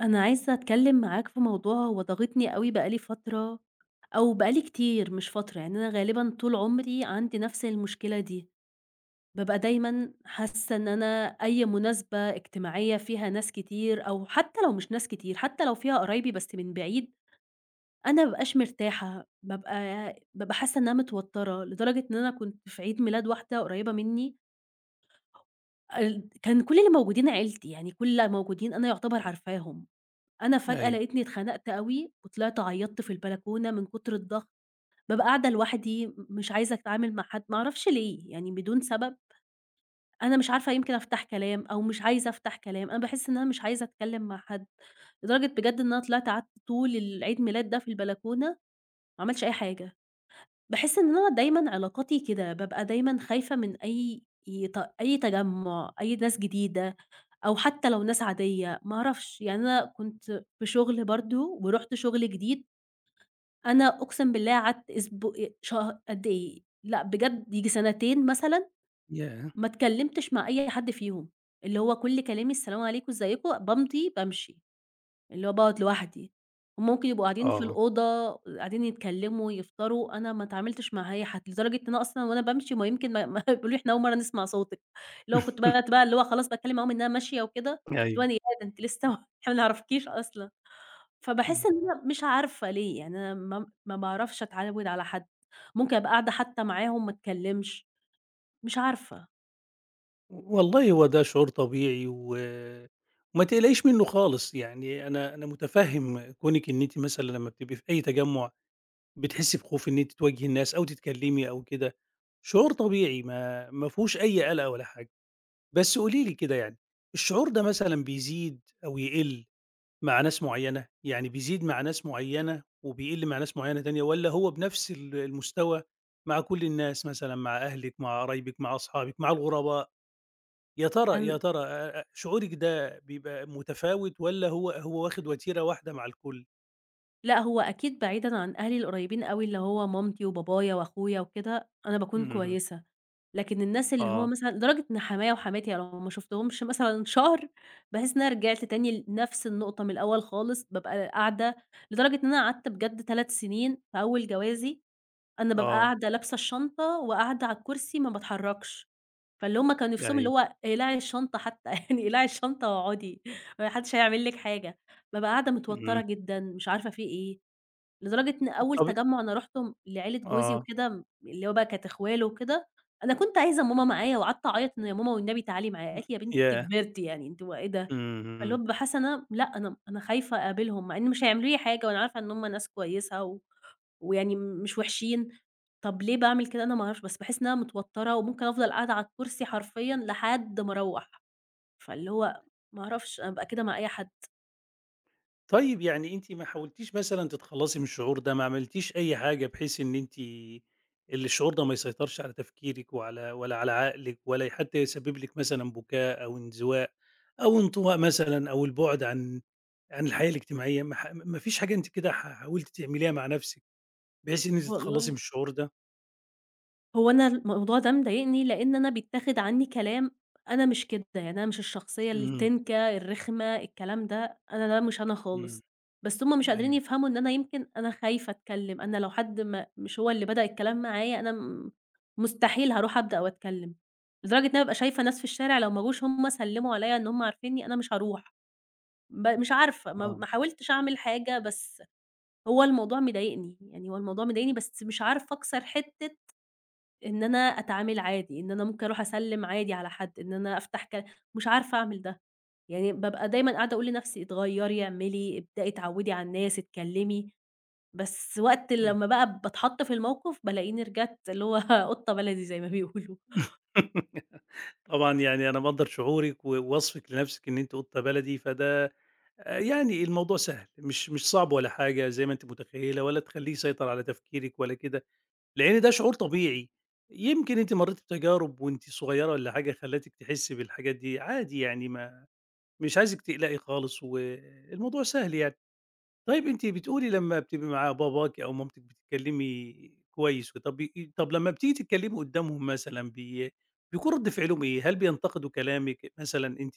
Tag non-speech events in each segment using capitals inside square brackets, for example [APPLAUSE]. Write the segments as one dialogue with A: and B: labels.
A: أنا عايزة أتكلم معاك في موضوع هو ضاغطني أوي بقى لي فترة، أو بقى لي كتير مش فترة، يعني أنا غالبًا طول عمري عندي نفس المشكلة دي، بابقى دايمًا حاسة إن أنا أي مناسبة اجتماعية فيها ناس كتير أو حتى لو مش ناس كتير، حتى لو فيها قرايبي بس من بعيد، أنا ما بابقاش مرتاحة، بابقى حاسة إن أنا متوترة، لدرجة إن أنا كنت في عيد ميلاد واحدة قريبة مني كان كل اللي موجودين عيلتي، يعني كل اللي موجودين أنا يعتبر عارفاهم. أنا فجأة
B: أيوه،
A: لقيتني اتخنقت أوي، وطلعت عيّطت في البلكونة من كتر الضغط، بابقى قاعدة لوحدي مش عايزة أتعامل مع حد، ما أعرفش ليه، يعني بدون سبب، أنا مش عارفة يمكن أفتح كلام أو مش عايزة أفتح كلام، أنا باحس إن أنا مش عايزة أتكلم مع حد، لدرجة بجد إن أنا طلعت قعدت طول العيد ميلاد ده في البلكونة، ما عملتش أي حاجة، باحس إن أنا دايمًا علاقاتي كده، بابقى دايمًا خايفة من أي ي ت أي تجمُّع، أي ناس جديدة. أو حتى لو ناس عادية، ما أعرفش، يعني أنا كنت في شغل برضه ورُحت شغل جديد، أنا أقسم بالله قعدت أسبو شه قد إيه، لأ بجد ييجي سنتين مثلًا
B: ياه!
A: ما اتكلمتش مع أي حد فيهم، اللي هو كل كلامي السلام عليكم، إزيكم، بامضي، بامشي. اللي هو باقعد لوحدي، هُم ممكن يبقوا قاعدين في
B: آه.
A: الأوضة، قاعدين يتكلموا، يفطروا، أنا ما اتعاملتش مع أي حد، لدرجة إن أنا أصلًا وأنا بامشي ما يمكن ما [LAUGHS] بيقولوا لي: "إحنا أول مرة نسمع صوتِك." اللي هو كنت بدأت بقى
B: [LAUGHS]
A: اللي هو خلاص باتكلم معاهم إن أنا ماشية وكده، اللي هو
B: أيوه،
A: أنا إيه ده أنتِ لسه [LAUGHS] إحنا ما نعرفكيش أصلًا، فباحس
B: إمم.
A: إن أنا مش عارفة ليه، يعني أنا ما باعرفش أتعود على حد، ممكن أبقى قاعدة حتى معاهم ما اتكلمش، مش عارفة
B: والله هو ده شعور طبيعي وما تقلقيش منّه خالص. يعني أنا مُتفهِّم كونِك إن أنتِ مثلًا لمّا بتبقي في أي تجمُّع بتحسّي بخوف إن أنتِ تواجهي الناس أو تتكلّمي أو كده، شعور طبيعي ما فيهوش أي قلق ولا حاجة. بس قولي لي كده، يعني الشعور ده مثلًا بيزيد أو يقِل؟ مع ناس معيّنة، يعني بيزيد مع ناس معيّنة وبيقل مع ناس معيّنة تانية، والّا هو بنفس المستوى مع كل الناس، مثلًا مع أهلِك، مع قرايبِك، مع أصحابِك، مع الغرباء؟ يا ترى،
A: أن
B: يا ترى شعورِك ده بيبقى متفاوت والّا هو واخد وتيرة واحدة مع الكل؟
A: لأ، هو أكيد بعيدًا عن أهلي القريبين أوي، اللي هو مامتي وبابايا وأخويا وكده، أنا باكون
B: اهم،
A: كويسة، لكن الناس اللي هو
B: آه،
A: مثلًا لدرجة إن حمايا وحماتي يعني لو ما شُفتهمش مثلًا شهر، باحس إن أنا رجعت تاني لنفس النقطة من الأول خالص، بابقى قاعدة لدرجة إن أنا قعدت بجد 3 سنين في أول جوازي، أنا بابقى
B: آه،
A: قاعدة لابسة الشنطة وقاعدة على الكرسي ما باتحركش، فاللي هم كانوا نِفسهم اللي
B: أيوه،
A: هو اقلعي الشنطة حتى [LAUGHS] يعني اقلعي الشنطة واقعدي، ما حدش هيعمل لِك حاجة، بابقى قاعدة متوترة
B: إمم،
A: جدًا، مش عارفة في إيه. لدرجة إن أول
B: طب
A: تجمُّع أنا رُحته لعيلة جوزي
B: آه،
A: وكده اللي هو بقى كانت إخواله وكده، أنا كنت عايزة ماما معايا وقعدت أعيّط إن "يا ماما والنبي تعالي معايا." قالت لي: "يا بنتي أنتِ
B: ياه!
A: كبرتِ يعني أنتِ هو إيه ده؟"
B: إمم،
A: فاللي هو
B: إمم.
A: بابقى حاسة إن أنا لأ، أنا خايفة أقابلهم مع إن مش هيعملوا لي حاجة وأنا عارفة إن هم ناس كويسة و ويعني مش وِحشين، طَب ليه باعمل كده أنا ما أعرفش، بس باحس إن أنا متوتّرة وممكن أفضل قاعدة على الكرسي حرفيًا لحد ما أروّح، فاللي هو ما أعرفش أنا بابقى كده مع أي حد.
B: طيب يعني أنتِ ما حاولتيش مثلًا تتخلّصي من الشعور ده، ما عملتيش أي حاجة بحيث إن أنتِ الشعور ده ما يسيطرش على تفكيرِك وعلى ولا على عقلِك ولا حتى يسبب لِك مثلًا بكاء أو انزواء أو انطواء مثلًا أو البُعد عن عن الحياة الاجتماعية، ما فيش حاجة أنتِ كده حاولتِ تعمليها مع نفسِك بحيث إن أنتِ تتخلّصي
A: والله.
B: من الشعور ده؟
A: هو أنا الموضوع ده مضايقني لإن أنا بيتاخد عني كلام أنا مش كده، يعني أنا مش الشخصية
B: إمم،
A: التنكة، الرخمة، الكلام ده، أنا ده مش أنا
B: إمم،
A: خالص. بس هُم مش قادرين
B: أيوه،
A: يفهموا إن أنا يمكن أنا خايفة أتكلم، أنا لو حد ما مش هو اللي بدأ الكلام معايا أنا مستحيل هاروح أبدأ وأتكلم، لدرجة إن أنا بابقى شايفة ناس في الشارع لو ما جوش هُم سلموا عليَّ إن هُم عارفينّي أنا مش هاروح، مش عارفة ما
B: آه،
A: ما حاولتش أعمل حاجة، بس هو الموضوع مضايقني، يعني هو الموضوع مضايقني بس مش عارفة أكسر حتة إن أنا أتعامل عادي، إن أنا ممكن أروح أسلِّم عادي على حد، إن أنا أفتح ك مش عارفة أعمل ده، يعني بابقى دايمًا قاعدة أقول لنفسي اتغيّري، اعملي، ابدئي اتعوّدي على الناس، اتكلّمي، بس وقت
B: إمم.
A: لمّا بقى باتحط في الموقف بالاقيني رجعت اللي هو [LAUGHS] قطة بلدي زي ما بيقولوا.
B: [LAUGHS] طبعًا يعني أنا مقدّر شعورِك ووصفِك لنفسِك إن أنتِ قطة بلدي. فده يعني الموضوع سهل، مش صعب ولا حاجة زي ما أنتِ متخيّلة، ولا تخلّيه يسيطر على تفكيرِك ولا كده، لإن ده شعور طبيعي. يمكن أنتِ مرّيتِ بتجارب وأنتِ صغيّرة والّا حاجة خلّتِك تحسّي بالحاجات دي، عادي يعني، ما مش عايزِك تقلقي خالص والموضوع سهل يعني. طيب أنتِ بتقولي لمّا بتبقي مع باباكِ أو مامتِك بتتكلّمي كويس. طَب لمّا بتيجي تتكلّمي قُدّامهم مثلًا بيكون رَد فعلهم إيه؟ هل بينتقدوا كلامِك مثلًا؟ أنتِ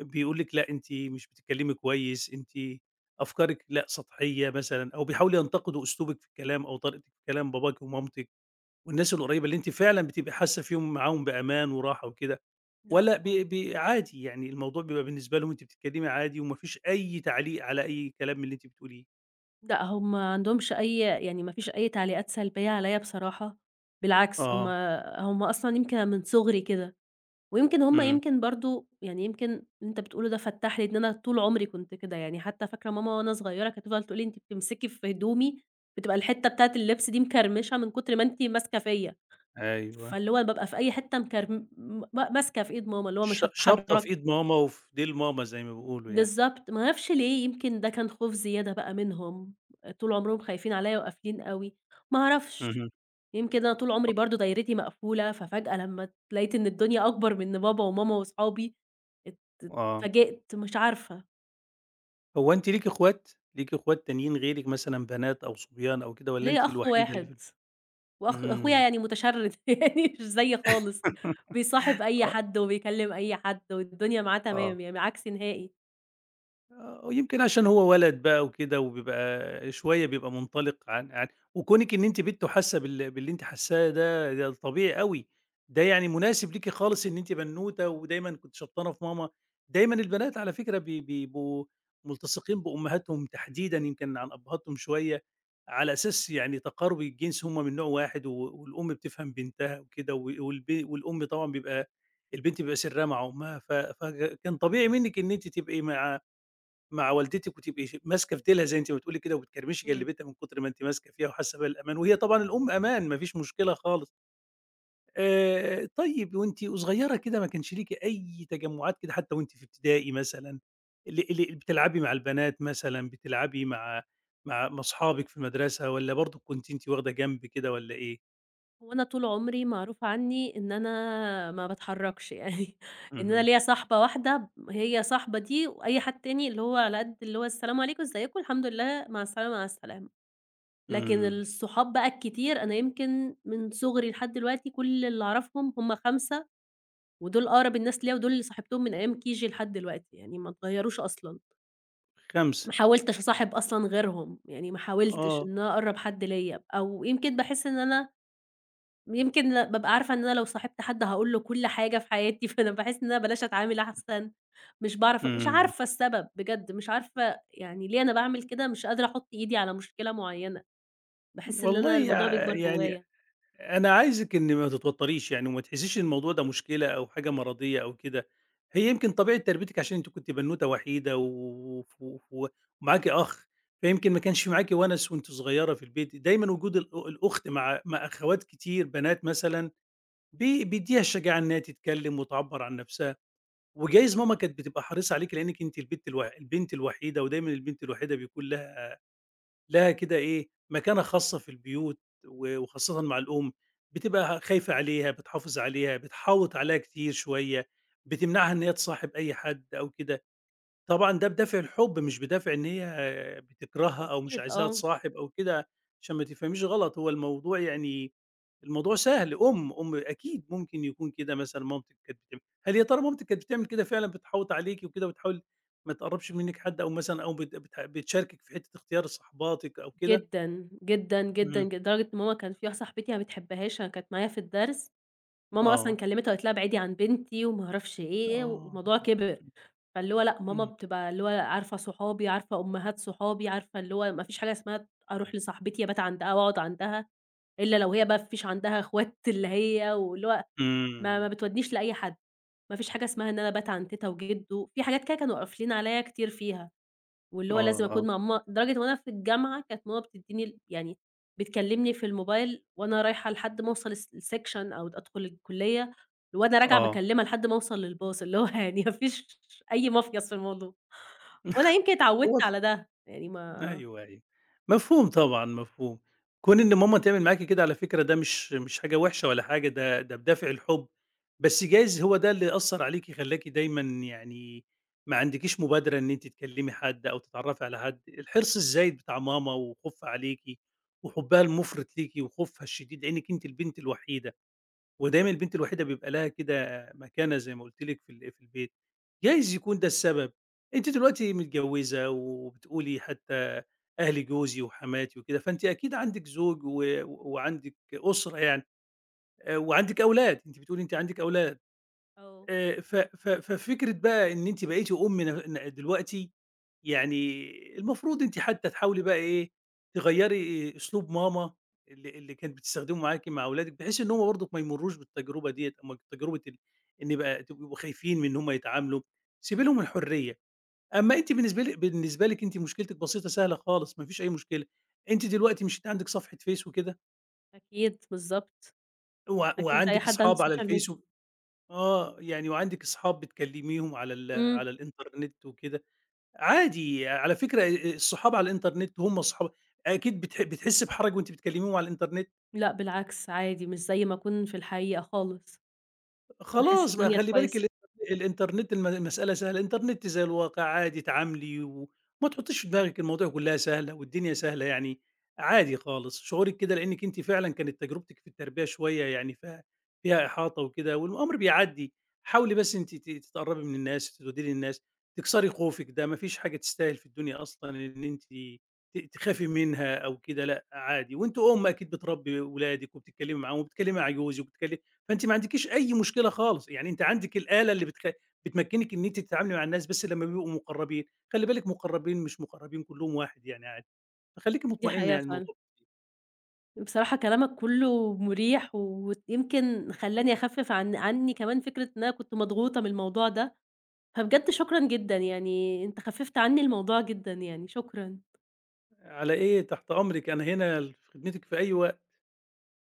B: بيقول لِك لأ أنتِ مش بتتكلمي كويس، أنتِ أفكارِك لأ سطحية مثلًا، أو بيحاولوا ينتقدوا أسلوبِك في الكلام أو طريقتِك في كلام باباكِ ومامتِك والناس القريبة اللي أنتِ فعلًا بتبقي حاسة فيهم معاهم بأمان وراحة وكده،
A: لأ
B: والّا بي
A: خالص.
B: بي عادي يعني الموضوع بيبقى بالنسبة لهم أنتِ بتتكلمي عادي وما فيش أي تعليق على أي كلام من اللي أنتِ بتقوليه؟
A: لأ، هُم ما عندهمش أي يعني ما فيش أي تعليقات سلبية عليّا بصراحة، بالعكس هُم
B: آه،
A: أصلًا يمكن من صغري كده. ويمكن هم
B: إمم،
A: يمكن برضه يعني يمكن اللي أنت بتقوله ده فتَّح لي إن أنا طول عمري كنت كده، يعني حتى فاكرة ماما وأنا صغيرة كانت تفضل تقول لي: "أنتِ بتمسكي في هدومي، بتبقى الحتة بتاعة اللبس دي مكرمشة من كتر ما أنتِ ماسكة فيَّ."
B: أيوه،
A: فاللي هو بابقى في أي حتة مكرم م ماسكة في إيد ماما، اللي هو مش
B: شابطة في
A: هاتحركي.
B: إيد ماما وفي ديل ماما زي ما بيقولوا يعني.
A: بالضبط، ما أعرفش ليه، يمكن ده كان خوف زيادة بقى منهم، طول عمرهم خايفين عليَّ وقافلين أوي، ما أعرفش.
B: اهم،
A: يمكن أنا طول عمري برضه دايرتي مقفولة، ففجأة لمّا اتلاقيت إن الدنيا أكبر من بابا وماما وصحابي ات
B: آه.
A: اتفاجئت مش عارفة،
B: هو أنتِ ليكِ اخوات؟ ليكِ اخوات تانيين غيرِك مثلًا بنات أو صبيان أو كده، والّا
A: ليّا
B: أنتِ
A: أخ
B: الوحيدة اللي
A: واحد
B: في ال؟
A: وأخ أخويا
B: إمم.
A: يعني متشرد [LAUGHS] يعني مش زيي خالص، بيصاحب
B: [LAUGHS]
A: أي
B: آه،
A: حد وبيكلم أي حد والدنيا معاه
B: آه.
A: تمام، يعني عكسي نهائي.
B: آه، ويمكن عشان هو ولد بقى وكده، وبيبقى شوية بيبقى منطلق عن عن. وكونِك إن أنتِ بنت وحاسة باللي أنتِ حاساه، ده ده طبيعي أوي. ده يعني مناسب ليكِ خالص إن أنتِ بنوتة ودايمًا كنتِ شبطانة في ماما. دايمًا البنات على فكرة بيبقوا ملتصقين بأمهاتهم تحديدًا، يمكن عن أبهاتهم شوية، على أساس يعني تقارب الجنس، هم من نوع واحد، و والأم بتفهم بنتها وكده، و والأم طبعًا بيبقى البنت بيبقى سرها مع أمها. ف فكان طبيعي منِّك إن أنتِ تبقي مع مع والدتِك وتبقي ماسكة في ديلها زي أنتِ ما بتقولي كده، وبتكرمشي
A: إمم.
B: جلبِتها من كتر ما أنتِ ماسكة فيها وحاسة بالأمان، وهي طبعًا الأم أمان، ما فيش مشكلة خالص. طيب وأنتِ وصغيرة كده ما كانش ليكِ أي تجمُّعات كده، حتى وأنتِ في ابتدائي مثلًا، اللي بتلعبي مع البنات مثلًا، بتلعبي مع مع أصحابِك في المدرسة، والّا برضه كنتِ أنتِ واخدة جنب كده والّا إيه؟
A: وأنا طول عمري معروف عني إن أنا ما باتحركش يعني [LAUGHS] إن أنا
B: اهم،
A: ليّا صاحبة واحدة هي صاحبة دي وأي حد تاني اللي هو على قد اللي هو السلام عليكم، إزيكم، الحمد لله، مع السلامة، مع السلامة. لكن
B: إمم.
A: الصحاب بقى الكتير، أنا يمكن من صُغري لحد دلوقتي كل اللي أعرفهم هُم 5 ودول أقرب الناس ليّا ودول اللي صاحبتهم من أيام KG لحد دلوقتي، يعني ما اتغيّروش أصلًا.
B: 5.
A: ما حاولتش أصاحب أصلًا غيرهم، يعني ما حاولتش إن
B: آه.
A: أنا أقرّب حد ليّا، أو يمكن باحس إن أنا يمكن بابقى عارفة إن أنا لو صاحبت حد هاقول له كل حاجة في حياتي، [LAUGHS] فأنا باحس إن أنا بلاش أتعامل أحسن، مش باعرف مش
B: إمم.
A: عارفة السبب بجد، مش عارفة يعني ليه أنا باعمل كده، مش قادرة أحُط إيدي على مشكلة معيّنة، باحس إن
B: والله
A: أنا الموضوع
B: يع
A: بيكبر
B: يعني
A: جوّايا.
B: أنا عايزِك إن ما تتوتّريش يعني، وما تحسّيش إن الموضوع ده مشكلة أو حاجة مرضية أو كده. هي يمكن طبيعة تربيتِك، عشان أنتِ كنتِ بنوتة وحيدة و ومعاكِ أخ، فيمكن ما كانش معاكِ ونَس وأنتِ صغيّرة في البيت. دايمًا وجود الأخت مع مع أخوات كتير بنات مثلًا بيدّيها الشجاعة إنها تتكلّم وتعبّر عن نَفْسها. وجايز ماما كانت بتبقى حريصة عليكِ لإنِّك أنتِ البت الو البنت الوحيدة، ودايمًا البنت الوحيدة بيكون لها لها كده إيه، مكانة خاصة في البيوت و وخاصةً مع الأم، بتبقى خايفة عليها، بتحافظ عليها، بتحاوط عليها كتير شوية، بتمنعها إن هي تصاحب أي حد أو كده. طبعًا ده بدافع الحُب، مش بدافع إن هي بتكرهها أو مش
A: أكيد
B: عايزاها
A: آه،
B: تصاحب أو كده، عشان ما تفهميش غلط. هو الموضوع يعني الموضوع سهل. أم، أم أكيد ممكن يكون كده. مثلًا مامتِك كانت بتعمل، هل يا ترى مامتِك كانت بتعمل كده فعلًا؟ بتحوِّط عليكِ وكده، وبتحاول ما تقرّبش منِّك حد، أو مثلًا أو بت بتح بتشاركِك في حتّة اختيار صاحباتِك أو كده؟
A: جدًا، جدًا، جدًا،
B: إمم،
A: لدرجة إن ماما كان في واحدة صاحبتي ما بتحبهاش، أنا كانت معايا في الدرس، ماما أصلًا
B: آه،
A: كلمتها وقالت لها ابعدي عن بنتي وما أعرفش إيه،
B: آه،
A: والموضوع كبر، فاللي هو لأ، ماما
B: إمم،
A: بتبقى اللي هو عارفة صحابي، عارفة أمهات صحابي، عارفة اللي هو ما فيش حاجة اسمها أروح لصاحبتي أبات عندها وأقعد عندها، إلا لو هي بقى ما فيش عندها أخوات [LAUGHS] اللي هي واللي هو ما
B: إمم،
A: بتودنيش لأي حد، ما فيش حاجة اسمها إن أنا أبات عند تيتة وجدو، في حاجات كده كانوا قافلين عليَّ كتير فيها. واللي هو لازم
B: آه،
A: أكون
B: آه،
A: مع ماما لدرجة وأنا في الجامعة كانت ماما بتدّيني يعني بتكلمني في الموبايل وأنا رايحة لحد ما أوصل السكشن أو أدخل الكلية، وأنا راجعة باكلمها لحد ما أوصل للباص، اللي هو [LAUGHS] يعني ما فيش أي مَفيَص في الموضوع.
B: [LAUGHS] آه.
A: وأنا يمكن
B: هو
A: اتعودت على ده، يعني ما
B: أيوه، أيوه. مفهوم طبعًا، مفهوم. كون إن ماما تعمل معاكِ كده على فكرة ده مش حاجة وحشة ولا حاجة، ده ده بدافع الحُب. بس جايز هو ده اللي أثّر عليكِ، خلّاكِ دايمًا يعني ما عندكيش مبادرة إن أنتِ تكلّمي حد أو تتعرّفي على حد. الحرص الزايد بتاع ماما وخوفها عليكِ وحُبها المُفرط ليكِ وخوفها الشديد لإنِّك أنتِ البنت الوحيدة. ودايمًا البنت الوحيدة بيبقى لها كده مكانة زي ما قُلت لِك في ال في البيت، جايز يكون ده السبب. أنتِ دلوقتي متجوّزة وبتقولي حتى أهل جوزي وحماتي وكده، فأنتِ أكيد عندِك زوج و وعندِك أسرة يعني، وعندِك أولاد، أنتِ بتقولي أنتِ عندِك أولاد.
A: آه،
B: ف ف ففكرة بقى إن أنتِ بقيتِ أُم ن ن دلوقتي، يعني المفروض أنتِ حتى تحاولي بقى إيه، تغيّري أسلوب ماما اللي كانت بتستخدمه معاكِ مع أولادِك، بحيث إن هُم برضُك ما يمرّوش بالتجربة ديّة. أمّا تجربة ال إن يبقى يبقوا خايفين من إن هُم يتعاملوا، سيبي لهم الحرية. أمّا أنتِ بالنسبة لِك، بالنسبة لِك أنتِ مشكلتِك بسيطة سهلة خالص، ما فيش أي مشكلة. أنتِ دلوقتي مش أنتِ عندِك صفحة فيس وكده،
A: أكيد بالضبط،
B: وع
A: أكيد زي أي
B: وعندِك
A: حد عنده
B: أصحاب على
A: social media.
B: الفيس و آه، يعني وعندِك أصحاب بتكلّميهم على ال
A: إمم،
B: على الإنترنت وكده. عادي على فكرة الصحاب على الإنترنت هم صحاب أكيد بتحسّي بحرج وأنتِ بتكلّميهم على الإنترنت.
A: لأ بالعكس عادي، مش زي ما أكون في الحقيقة خالص، باحس
B: خلاص بقى
A: الدنيا
B: خلّي بالِك،
A: كويسة،
B: [LAUGHS] الإنترنت المسألة سهلة، الإنترنت زي الواقع، عادي تعاملي وما تحطّيش في دماغِك، المواضيع كلّها سهلة والدنيا سهلة يعني. عادي خالص شعورِك كده لإنِّك أنتِ فعلًا كانت تجربتِك في التربية شوية يعني ف فيها إحاطة وكده، والأمر بيعدّي. حاولي بس أنتِ تتقرّبي من الناس، تودّي للناس، تكسري خوفِك ده. ما فيش حاجة تستاهل في الدنيا أصلًا إن أنتِ تخافي منها أو كده، لأ، عادي. وأنتِ أُم أكيد بتربّي ولادِك وبتتكلّمي معاهم وبتكلّمي عجوزِك وبتكل. فأنتِ ما عندكيش أي مشكلة خالص، يعني أنتِ عندِك الآلة اللي بتمكّنِك إن أنتِ تتعاملي مع الناس، بس لمّا بيبقوا مقرّبين، خلّي بالِك، مقرّبين مش مقرّبين كلّهم واحد يعني، عادي. فخلّيكِ
A: دي
B: مطمئنة،
A: حقيقة
B: يعني
A: فعلًا.
B: الموضوع
A: بصراحة كلامك كله مريح، ويمكن خلّاني أخفِّف عن عني كمان فكرة إن أنا كنت مضغوطة من الموضوع ده، فبجد شكرًا جدًا، يعني أنت خفِّفت عني الموضوع جدًا يعني، شكرًا.
B: على إيه، تحت أمرِك، أنا هنا في خدمتِك في أي وقت.